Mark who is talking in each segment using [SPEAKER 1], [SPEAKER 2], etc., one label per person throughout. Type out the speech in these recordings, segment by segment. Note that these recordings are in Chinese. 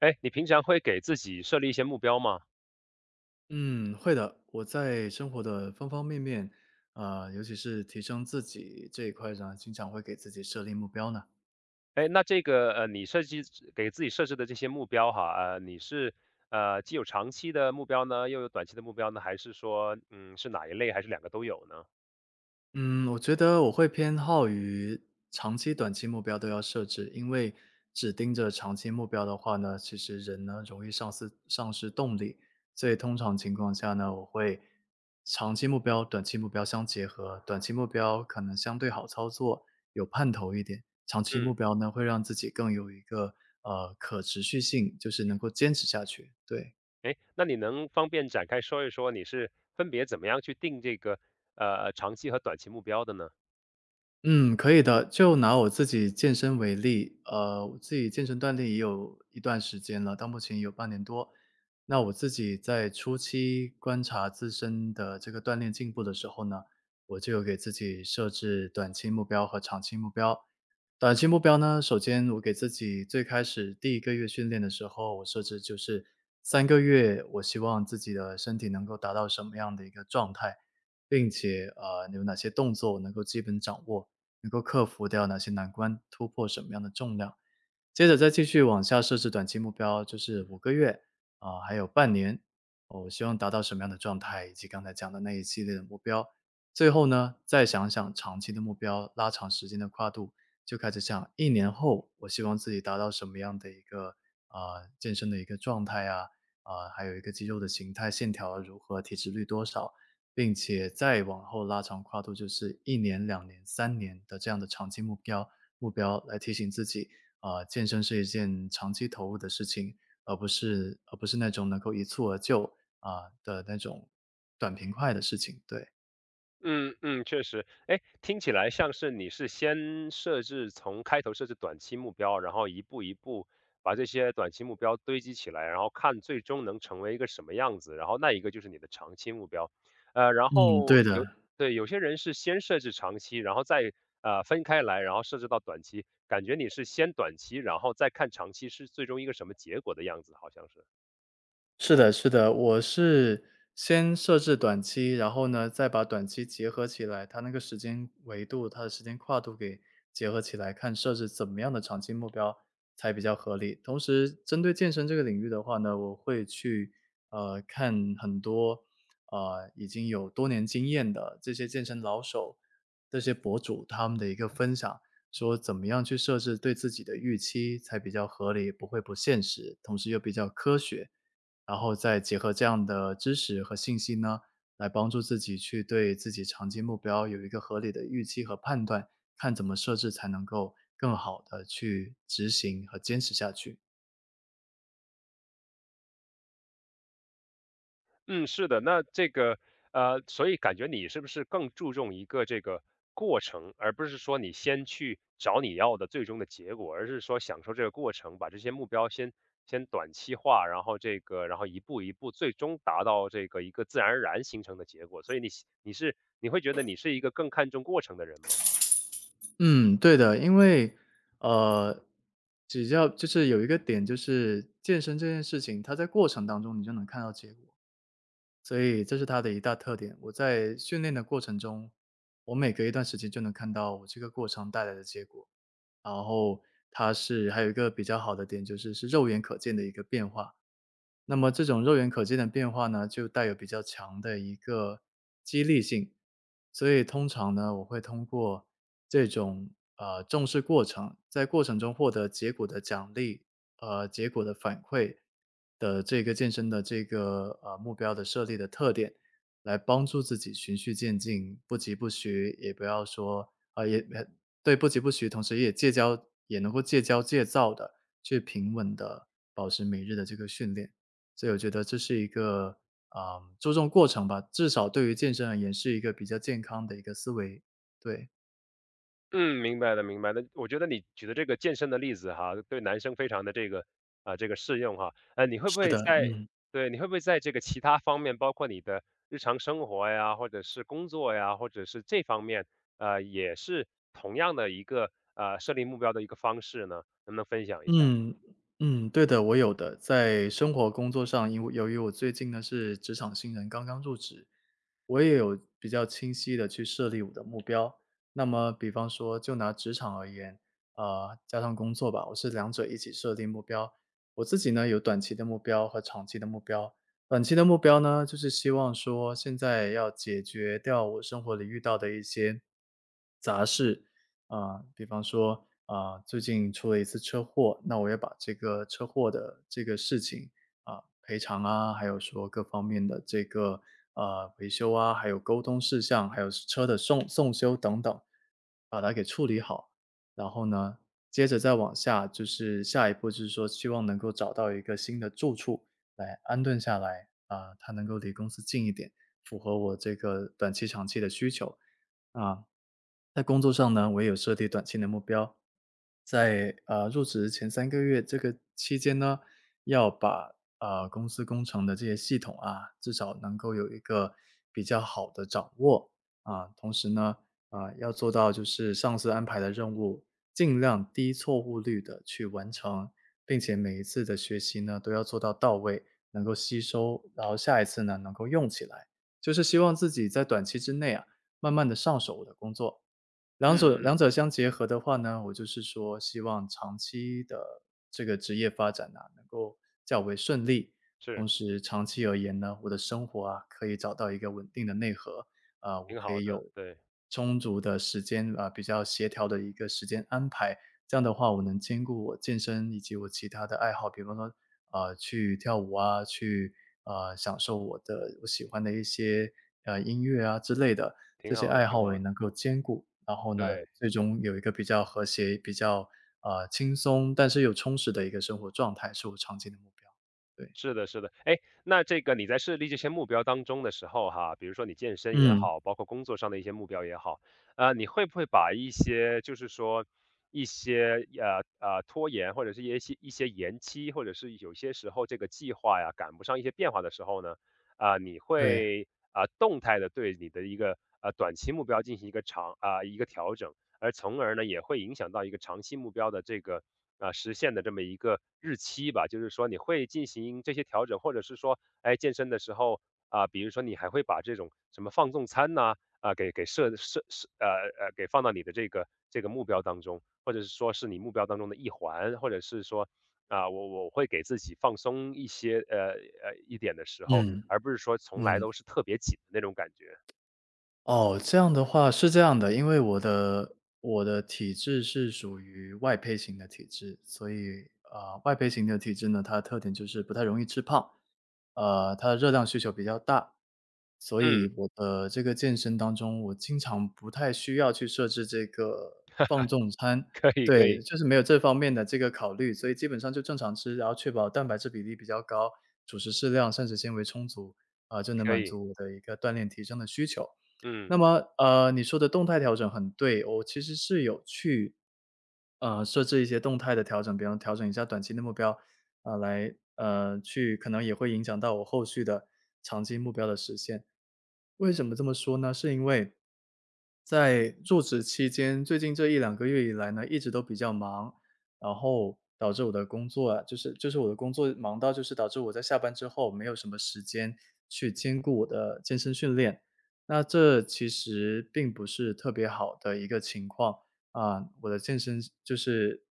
[SPEAKER 1] 哎，你平常会给自己设立一些目标吗？
[SPEAKER 2] 嗯，会的。我在生活的方方面面，啊，尤其是提升自己这一块呢，经常会给自己设立目标呢。
[SPEAKER 1] 哎，那这个你设计给自己设置的这些目标哈，你是既有长期的目标呢，又有短期的目标呢，还是说是哪一类，还是两个都有呢？
[SPEAKER 2] 嗯，我觉得我会偏好于长期、短期目标都要设置，因为只盯着长期目标的话呢，其实人呢容易丧失动力。所以通常情况下呢，我会长期目标、短期目标相结合，短期目标可能相对好操作，有盼头一点；长期目
[SPEAKER 1] 嗯，
[SPEAKER 2] 标呢，会让自己更有一个可持续性，就是能够坚持下去。对。
[SPEAKER 1] 哎，那你能方便展开说一说你是分别怎么样去定这个长期和短期目标的呢？
[SPEAKER 2] 嗯，可以的。就拿我自己健身为例，我自己健身锻炼也有一段时间了，到目前有半年多。那我自己在初期观察自身的这个锻炼进步的时候呢，我就有给自己设置短期目标和长期目标。短期目标呢，首先我给自己最开始第一个月训练的时候，我设置就是三个月，我希望自己的身体能够达到什么样的一个状态，并且有哪些动作我能够基本掌握，能够克服掉哪些难关，突破什么样的重量。接着再继续往下设置短期目标，就是5个月啊、还有半年、哦我希望达到什么样的状态，以及刚才讲的那一系列的目标。最后呢，再想想长期的目标，拉长时间的跨度，就开始想1年后我希望自己达到什么样的一个啊、健身的一个状态啊，啊、还有一个肌肉的形态、线条如何、体脂率多少，并且再往后拉长跨度，就是1年、2年、3年的这样的长期目标来提醒自己。啊，健身是一件长期投入的事情，而不是那种能够一蹴而就，啊，的那种短平快的事情，对。
[SPEAKER 1] 嗯嗯，确实。哎，听起来像是你是先设置从开头设置短期目标，然后一步一步把这些短期目标堆积起来，然后看最终能成为一个什么样子，然后那一个就是你的长期目标。呃，然
[SPEAKER 2] 嗯，
[SPEAKER 1] 后
[SPEAKER 2] 对
[SPEAKER 1] 有，
[SPEAKER 2] 的。
[SPEAKER 1] 对，有些人是先设置长期，然后再分开来，然后设置到短期，感觉你是先短期，然后再看长期是最终一个什么结果的样子，好像是。
[SPEAKER 2] 是的是的，我是先设置短期，然后呢，再把短期结合起来，它那个时间维度，它的时间跨度给结合起来，看设置怎么样的长期目标才比较合理。同时针对健身这个领域的话呢，我会去，看很多，已经有多年经验的这些健身老手，这些博主他们的一个分享，说怎么样去设置对自己的预期才比较合理，不会不现实，同时又比较科学。然后再结合这样的知识和信息呢，来帮助自己去对自己长期目标有一个合理的预期和判断，看怎么设置才能够更好的去执行和坚持下去。
[SPEAKER 1] 嗯，是的。那这个，所以感觉你是不是更注重一个这个过程，而不是说你先去找你要的最终的结果，而是说享受这个过程，把这些目标先短期化，然后这个，然后一步一步，最终达到这个一个自然而然形成的结果。所以你会觉得你是一个更看重过程的人吗？
[SPEAKER 2] 嗯，对的，因为，呃，只要就是有一个点，就是健身这件事情，它在过程当中你就能看到结果，所以这是它的一大特点。我在训练的过程中，我每隔一段时间就能看到我这个过程带来的结果。然后它是还有一个比较好的点，就是是肉眼可见的一个变化。那么这种肉眼可见的变化呢，就带有比较强的一个激励性，所以通常呢，我会通过这种重视过程，在过程中获得结果的奖励，结果的反馈的这个健身的这个目标的设立的特点，来帮助自己循序渐进，不急不徐，也不要说啊、也对不急不徐，同时也戒骄也能够戒骄戒躁的去平稳的保持每日的这个训练。所以我觉得这是一个，啊，嗯注重过程吧，至少对于健身而言是一个比较健康的一个思维。对，
[SPEAKER 1] 嗯，明白的，明白的。我觉得你举的这个健身的例子哈，对男生非常的这个啊、这个适用哈。呃，你会不
[SPEAKER 2] 是
[SPEAKER 1] 会
[SPEAKER 2] 的，
[SPEAKER 1] 在
[SPEAKER 2] 嗯，
[SPEAKER 1] 这个其他方面，包括你的日常生活呀，或者是工作呀，或者是这方面，也是同样的一个设立目标的一个方式呢？能不能分享一下？
[SPEAKER 2] 嗯，嗯，对的，我有的。在生活工作上，因为由于我最近呢是职场新人，刚刚入职，我也有比较清晰的去设立我的目标。那么比方说就拿职场而言，加上工作吧，我是两者一起设定目标。我自己呢，有短期的目标和长期的目标。短期的目标呢，就是希望说现在要解决掉我生活里遇到的一些啊，比方说，啊，最近出了一次车祸，那我也把这个车祸的这个事情啊，赔偿啊，还有说各方面的这个啊维修啊，还有沟通事项，还有车的送修等等，把它给处理好。然后呢，接着再往下，就是下一步就是说，希望能够找到一个新的住处来安顿下来啊，它能够离公司近一点，符合我这个短期、长期的需求。啊，在工作上呢，我也有设定短期的目标，在入职前3个月这个期间呢，要把公司工程的这些系统啊，至少能够有一个比较好的掌握啊。同时呢，啊要做到就是上司安排的任务，尽量低错误率的去完成，并且每一次的学习呢都要做到到位，能够吸收，然后下一次呢能够用起来。就是希望自己在短期之内啊。慢慢的上手我的工作。
[SPEAKER 1] 嗯
[SPEAKER 2] 两者两
[SPEAKER 1] 嗯，
[SPEAKER 2] 者相结合的话呢，我就是说希望长期的这个职业发展啊，能够较为顺利。同
[SPEAKER 1] 是
[SPEAKER 2] 时长期而言呢，我的生活啊，可以找到一个稳定的内核，啊，我
[SPEAKER 1] 挺
[SPEAKER 2] 可
[SPEAKER 1] 好
[SPEAKER 2] 以
[SPEAKER 1] 的，
[SPEAKER 2] 有
[SPEAKER 1] 对，
[SPEAKER 2] 充足的时间，啊，比较协调的一个时间安排。这样的话，我能兼顾我健身以及我其他的爱好，比方说，啊去跳舞啊，去，啊享受我的我喜欢的一些，音乐啊之类的。这
[SPEAKER 1] 挺
[SPEAKER 2] 些
[SPEAKER 1] 好的，
[SPEAKER 2] 爱
[SPEAKER 1] 挺
[SPEAKER 2] 好我也
[SPEAKER 1] 好的，
[SPEAKER 2] 能够兼顾，然后呢，
[SPEAKER 1] 对。
[SPEAKER 2] 最终有一个比较和谐、比较轻松，但是又充实的一个生活状态，是我长期的目标。对，
[SPEAKER 1] 是的，是的。哎，那这个你在设立这些目标当中的时候哈，比如说你健身也
[SPEAKER 2] 嗯，
[SPEAKER 1] 好，包括工作上的一些目标也好，啊，你会不会把一些就是说一些拖延，或者是一些延期，或者是有些时候这个计划呀赶不上一些变化的时候呢，啊、你
[SPEAKER 2] 对，
[SPEAKER 1] 会啊、动态的对你的一个短期目标进行一个长啊、一个调整，而从而呢也会影响到一个长期目标的这个啊、实现的这么一个日期吧。就是说你会进行这些调整，或者是说，哎，健身的时候啊、比如说你还会把这种什么放纵餐呐、啊、给给设设设呃呃给放到你的这个这个目标当中，或者是说是你目标当中的一环，或者是说。啊，我会给自己放松一些，一点的时候，
[SPEAKER 2] 嗯
[SPEAKER 1] 而不是说从来都
[SPEAKER 2] 嗯。
[SPEAKER 1] 是特别紧的那种感觉。
[SPEAKER 2] 哦，这样的话是这样的，因为我的体质是属于外胚型的体质，所以，外胚型的体质呢，它的特点就是不太容易吃胖，它的热量需求比较大，所
[SPEAKER 1] 嗯，
[SPEAKER 2] 以我的这个健身当中，我经常不太需要去设置这个放纵餐，
[SPEAKER 1] 可以，
[SPEAKER 2] 对，
[SPEAKER 1] 可以，
[SPEAKER 2] 就是没有这方面的这个考虑，所以基本上就正常吃，然后确保蛋白质比例比较高，主食适量，膳食纤维充足，啊、就能
[SPEAKER 1] 可
[SPEAKER 2] 满
[SPEAKER 1] 以。
[SPEAKER 2] 足我的一个锻炼提升的需求。
[SPEAKER 1] 嗯。
[SPEAKER 2] 那么，你说的动态调整很对，我其实是有去，设置一些动态的调整，比方调整一下短期的目标，啊、来，去可能也会影响到我后续的长期目标的实现。为什么这么说呢？是因为在入职期间，最近这一两个月以来呢，一直都比较忙，然后导致我的工作啊，就是我的工作忙到就是导致我在下班之后没有什么时间去兼顾我的健身训练。那这其实并不是特别好的一个情况啊，我的健身就是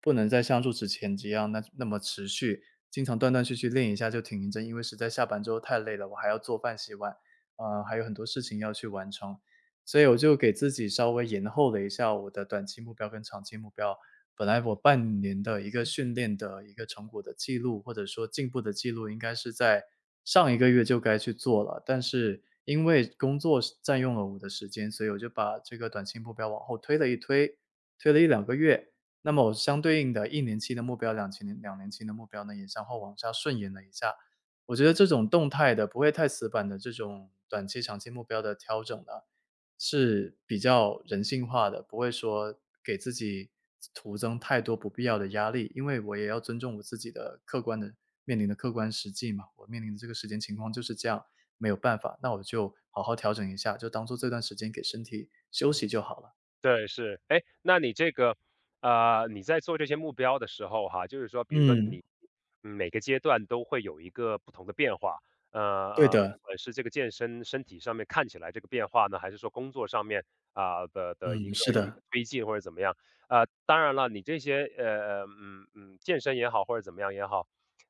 [SPEAKER 2] 不能再像入职前一样那么持续，经常断断续续练一下就停一阵，因为实在下班之后太累了，我还要做饭、洗碗，啊，还有很多事情要去完成，所以我就给自己稍微延后了一下我的短期目标跟长期目标。本来我半年的一个训练的一个成果的记录，或者说进步的记录，应该是在上一个月就该去做了。但是因为工作是占用了我的时间，所以我就把这个短期目标往后推了一推，推了1、2个月。那么我相对应的一年期的目标，两年期的目标呢，也向后往下顺延了一下。我觉得这种动态的、不会太死板的这种短期、长期目标的调整呢，是比较人性化的，不会说给自己徒增太多不必要的压力，因为我也要尊重我自己的客观的面临的客观实际嘛，我面临的这个时间情况就是这样，没有办法，那我就好好调整一下，就当做这段时间给身体休息就好了。
[SPEAKER 1] 对，是。哎，那你这个，呃，你在做这些目标的时候哈，就是说，比如说
[SPEAKER 2] 嗯，
[SPEAKER 1] 你每个阶段都会有一个不同的变化，
[SPEAKER 2] 对的，
[SPEAKER 1] 不管是这个健身身体上面看起来这个变化呢，还是说工作上面啊、的一
[SPEAKER 2] 嗯，是
[SPEAKER 1] 个一
[SPEAKER 2] 的，
[SPEAKER 1] 个推进或者怎么样？呃，当然了，你这些健身也好或者怎么样也好，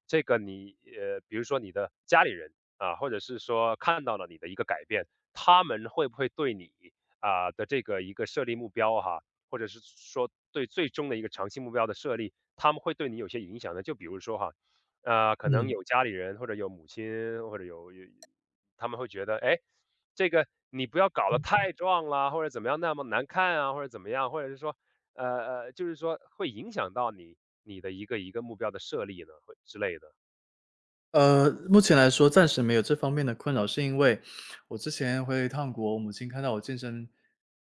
[SPEAKER 1] 这个你比如说你的家里人啊、或者是说看到了你的一个改变，他们会不会对你？啊、的这个一个设立目标哈，或者是说对最终的一个长期目标的设立，他们会对你有些影响呢？就比如说哈，呃，可能
[SPEAKER 2] 嗯。
[SPEAKER 1] 有家里人或者有母亲或者有，他们会觉得，哎，这个你不要搞得太壮了，或者怎么样那么难看啊，或者怎么样，或者是说，呃就是说会影响到你的一个一个目标的设立呢，会之类的。
[SPEAKER 2] 目前来说暂时没有这方面的困扰，是因为我之前回了一趟国，我母亲看到我健身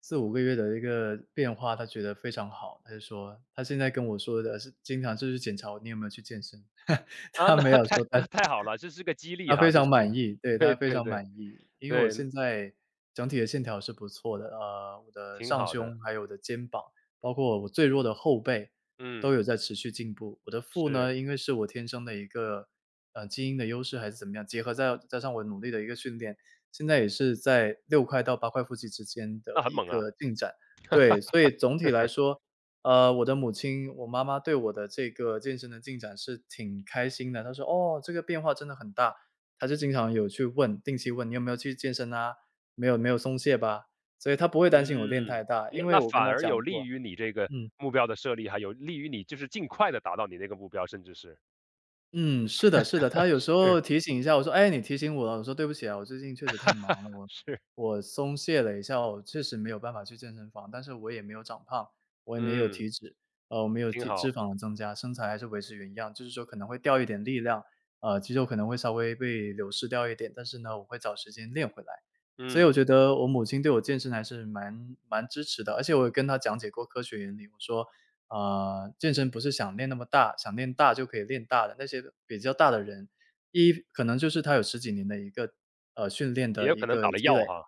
[SPEAKER 2] 4、5个月的一个变化，她觉得非常好。她就说她现在跟我说的是经常就是检查我你有没有去健身，
[SPEAKER 1] 啊，
[SPEAKER 2] 她
[SPEAKER 1] 那
[SPEAKER 2] 没 有
[SPEAKER 1] 太
[SPEAKER 2] 说她。
[SPEAKER 1] 那太好了，这是个激励
[SPEAKER 2] 他非
[SPEAKER 1] 哈，这
[SPEAKER 2] 常
[SPEAKER 1] 是一
[SPEAKER 2] 满
[SPEAKER 1] 个，
[SPEAKER 2] 意，对，
[SPEAKER 1] 对
[SPEAKER 2] 他非
[SPEAKER 1] 对
[SPEAKER 2] 常
[SPEAKER 1] 对
[SPEAKER 2] 满意。因为我
[SPEAKER 1] 对，
[SPEAKER 2] 现在整体的线条是不错的，我的
[SPEAKER 1] 挺
[SPEAKER 2] 上
[SPEAKER 1] 好
[SPEAKER 2] 胸
[SPEAKER 1] 的，
[SPEAKER 2] 还有我的肩膀，包括我最弱的后背都
[SPEAKER 1] 嗯，
[SPEAKER 2] 有在持续进步。我的腹
[SPEAKER 1] 是。
[SPEAKER 2] 呢，因为是我天生的一个，基因的优势还是怎么样，结合再加上我努力的一个训练，现在也是在6块到8块腹肌之间的
[SPEAKER 1] 那很
[SPEAKER 2] 一
[SPEAKER 1] 猛啊。
[SPEAKER 2] 个进展。对，所以总 体
[SPEAKER 1] 就
[SPEAKER 2] 来
[SPEAKER 1] 是
[SPEAKER 2] 说，我的母亲，我妈妈对我的这个健身的进展是挺开心的。她说："哦，这个变化真的很大。"他就经常有去问，定期问你有没有去健身啊，没有没有松懈吧，所以他不会担心我练太
[SPEAKER 1] 嗯，
[SPEAKER 2] 大，
[SPEAKER 1] 那
[SPEAKER 2] 因为
[SPEAKER 1] 那
[SPEAKER 2] 我跟
[SPEAKER 1] 反
[SPEAKER 2] 他
[SPEAKER 1] 而有
[SPEAKER 2] 讲
[SPEAKER 1] 利
[SPEAKER 2] 过。
[SPEAKER 1] 于你这个
[SPEAKER 2] 嗯。
[SPEAKER 1] 目标的设立，还有利于你就是尽快的达到你那个目标，甚至是，
[SPEAKER 2] 嗯，是的是的，他有时 候
[SPEAKER 1] 是
[SPEAKER 2] 提醒一下我说："哎，你提醒我了。"我说："对不起啊，我最近确实太忙了，我
[SPEAKER 1] 是，
[SPEAKER 2] 我松懈了一下，我确实没有办法去健身房，但是我也没有长胖，我也没有
[SPEAKER 1] 嗯，
[SPEAKER 2] 体脂，我没有
[SPEAKER 1] 挺
[SPEAKER 2] 体脂
[SPEAKER 1] 好。
[SPEAKER 2] 肪的增加，身材还是维持原样，就是说可能会掉一点力量，肌肉可能会稍微被流失掉一点，但是呢，我会找时间练回来。"所以
[SPEAKER 1] 嗯，
[SPEAKER 2] 我觉得我母亲对我健身还是蛮支持的，而且我也跟她讲解过科学原理。我说啊，健身不是想练那么大，想练大就可以练大的。那些比较大的人，一可能就是他有十几年的一个，训练
[SPEAKER 1] 也
[SPEAKER 2] 的
[SPEAKER 1] 有
[SPEAKER 2] 一
[SPEAKER 1] 可能打
[SPEAKER 2] 个
[SPEAKER 1] 了
[SPEAKER 2] 积累，
[SPEAKER 1] 药哈，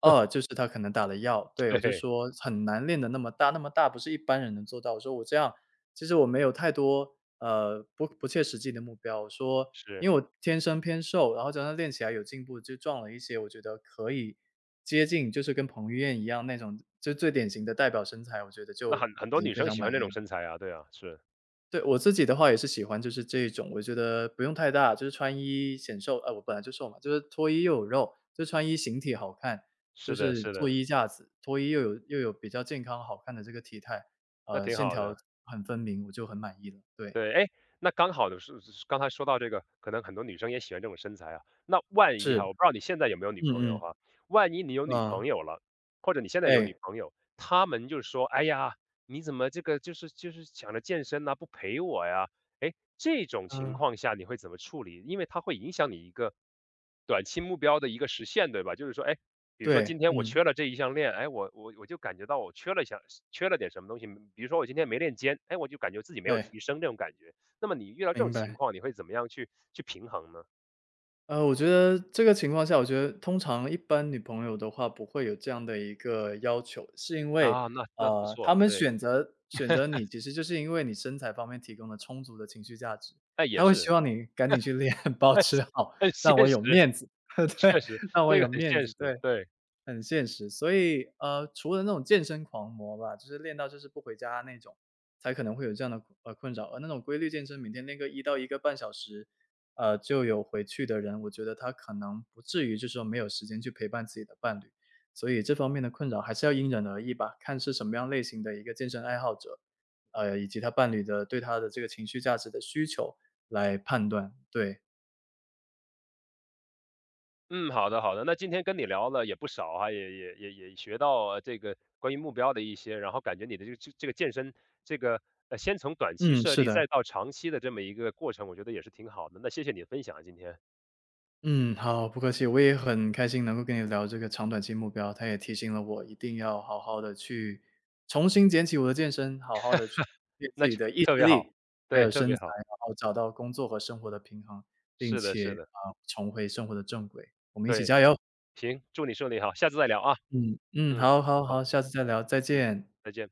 [SPEAKER 2] 二就是他可能打了药。对，我就
[SPEAKER 1] 对，
[SPEAKER 2] 说很难练得那么大，那么大不是一般人能做到。我说我这样其实我没有太多，呃，不切实际的目标。我说
[SPEAKER 1] 是，
[SPEAKER 2] 因为我天生偏瘦，然后加上练起来有进步，就壮了一些，我觉得可以接近就是跟彭于晏一样那种，就最典型的代表身材，我觉得
[SPEAKER 1] 那
[SPEAKER 2] 就
[SPEAKER 1] 很很
[SPEAKER 2] 已
[SPEAKER 1] 多
[SPEAKER 2] 经
[SPEAKER 1] 女
[SPEAKER 2] 非
[SPEAKER 1] 生
[SPEAKER 2] 常
[SPEAKER 1] 喜欢
[SPEAKER 2] 满
[SPEAKER 1] 这
[SPEAKER 2] 意
[SPEAKER 1] 种
[SPEAKER 2] 了。
[SPEAKER 1] 身材啊，对啊，是，
[SPEAKER 2] 对，我自己的话也是喜欢就是这种，我觉得不用太大，就是穿衣显瘦，我本来就瘦嘛，就是脱衣又有肉，就穿衣形体好看，就
[SPEAKER 1] 是的
[SPEAKER 2] 是
[SPEAKER 1] 是
[SPEAKER 2] 做
[SPEAKER 1] 的，
[SPEAKER 2] 衣架子，脱衣又有比较健康好看的这个体态，
[SPEAKER 1] 那挺
[SPEAKER 2] 线
[SPEAKER 1] 好的。
[SPEAKER 2] 条很分明，我就很满意了。对，
[SPEAKER 1] 对，哎，那刚好的是是刚才说到这个，可能很多女生也喜欢这种身材啊。那万一哈，
[SPEAKER 2] 是，
[SPEAKER 1] 我不知道你现在有没有女朋友
[SPEAKER 2] 嗯
[SPEAKER 1] 哈，万一你有
[SPEAKER 2] 嗯，
[SPEAKER 1] 女
[SPEAKER 2] 啊，
[SPEAKER 1] 朋友了，或者你现在有
[SPEAKER 2] 哎，
[SPEAKER 1] 女朋友，她们就说：“哎呀，你怎么这个就是想着健身呐、不陪我呀？”哎，这种情
[SPEAKER 2] 嗯，
[SPEAKER 1] 况下你会怎么处理？因为它会影响你一个短期目标的一个实现，对吧？就是说，哎，比如说
[SPEAKER 2] 对，
[SPEAKER 1] 今天我
[SPEAKER 2] 嗯，
[SPEAKER 1] 缺了这一项练，哎，我就感觉到我缺了一项，缺了点什么东西。比如说我今天没练肩，哎，我就感觉自己没有
[SPEAKER 2] 哎，
[SPEAKER 1] 提升这种感觉。那么你遇到这种
[SPEAKER 2] 明
[SPEAKER 1] 情
[SPEAKER 2] 白。
[SPEAKER 1] 况，你会怎么样去平衡呢？
[SPEAKER 2] 我觉得这个情况下，我觉得通常一般女朋友的话不会有这样的一个要求，是因为，
[SPEAKER 1] 啊，那那不
[SPEAKER 2] 呃，她
[SPEAKER 1] 错，
[SPEAKER 2] 们
[SPEAKER 1] 对，
[SPEAKER 2] 选择你，其实就是因为你身材方面提供了充足的情绪价值，
[SPEAKER 1] 哎，也
[SPEAKER 2] 她会希
[SPEAKER 1] 是
[SPEAKER 2] 望你赶紧去练，保
[SPEAKER 1] 很
[SPEAKER 2] 持好，
[SPEAKER 1] 很现
[SPEAKER 2] 让我
[SPEAKER 1] 实，
[SPEAKER 2] 有面子，
[SPEAKER 1] 确
[SPEAKER 2] 对，
[SPEAKER 1] 实，
[SPEAKER 2] 让我
[SPEAKER 1] 这个
[SPEAKER 2] 有
[SPEAKER 1] 很
[SPEAKER 2] 面
[SPEAKER 1] 现
[SPEAKER 2] 子，
[SPEAKER 1] 实，
[SPEAKER 2] 对，
[SPEAKER 1] 对。
[SPEAKER 2] 很现实。所以，除了那种健身狂魔吧，就是练到就是不回家那种，才可能会有这样的困扰，而那种规律健身，每天练个一到一个半小时，就有回去的人，我觉得他可能不至于就是说没有时间去陪伴自己的伴侣，所以这方面的困扰还是要因人而异吧，看是什么样类型的一个健身爱好者，以及他伴侣的对他的这个情绪价值的需求来判断。对，
[SPEAKER 1] 嗯，好的好的，那今天跟你聊了也不少啊，也学到这个关于目标的一些，然后感觉你的这个健身这个先从短期
[SPEAKER 2] 嗯，
[SPEAKER 1] 设
[SPEAKER 2] 是
[SPEAKER 1] 立
[SPEAKER 2] 的。
[SPEAKER 1] 再到长期的这么一个过程，我觉得也是挺好的。那谢谢你的分享啊今天。
[SPEAKER 2] 嗯，好，不客气，我也很开心能够跟你聊这个长短期目标，它也提醒了我一定要好好的去重新捡起我的健身，好好的去练自
[SPEAKER 1] 那
[SPEAKER 2] 己
[SPEAKER 1] 就
[SPEAKER 2] 的意
[SPEAKER 1] 特
[SPEAKER 2] 志
[SPEAKER 1] 别
[SPEAKER 2] 力，
[SPEAKER 1] 好，
[SPEAKER 2] 还
[SPEAKER 1] 对，
[SPEAKER 2] 有
[SPEAKER 1] 特
[SPEAKER 2] 身
[SPEAKER 1] 别
[SPEAKER 2] 材，
[SPEAKER 1] 好，
[SPEAKER 2] 然后找到工作和生活的平衡，并
[SPEAKER 1] 是的
[SPEAKER 2] 且，
[SPEAKER 1] 是的，
[SPEAKER 2] 啊，重回生活的正轨。
[SPEAKER 1] 对，行，祝你顺利哈，下次再聊啊，
[SPEAKER 2] 嗯，嗯，
[SPEAKER 1] 嗯，
[SPEAKER 2] 好好
[SPEAKER 1] 好，
[SPEAKER 2] 好，下次再聊，再
[SPEAKER 1] 嗯，
[SPEAKER 2] 见。
[SPEAKER 1] 再见。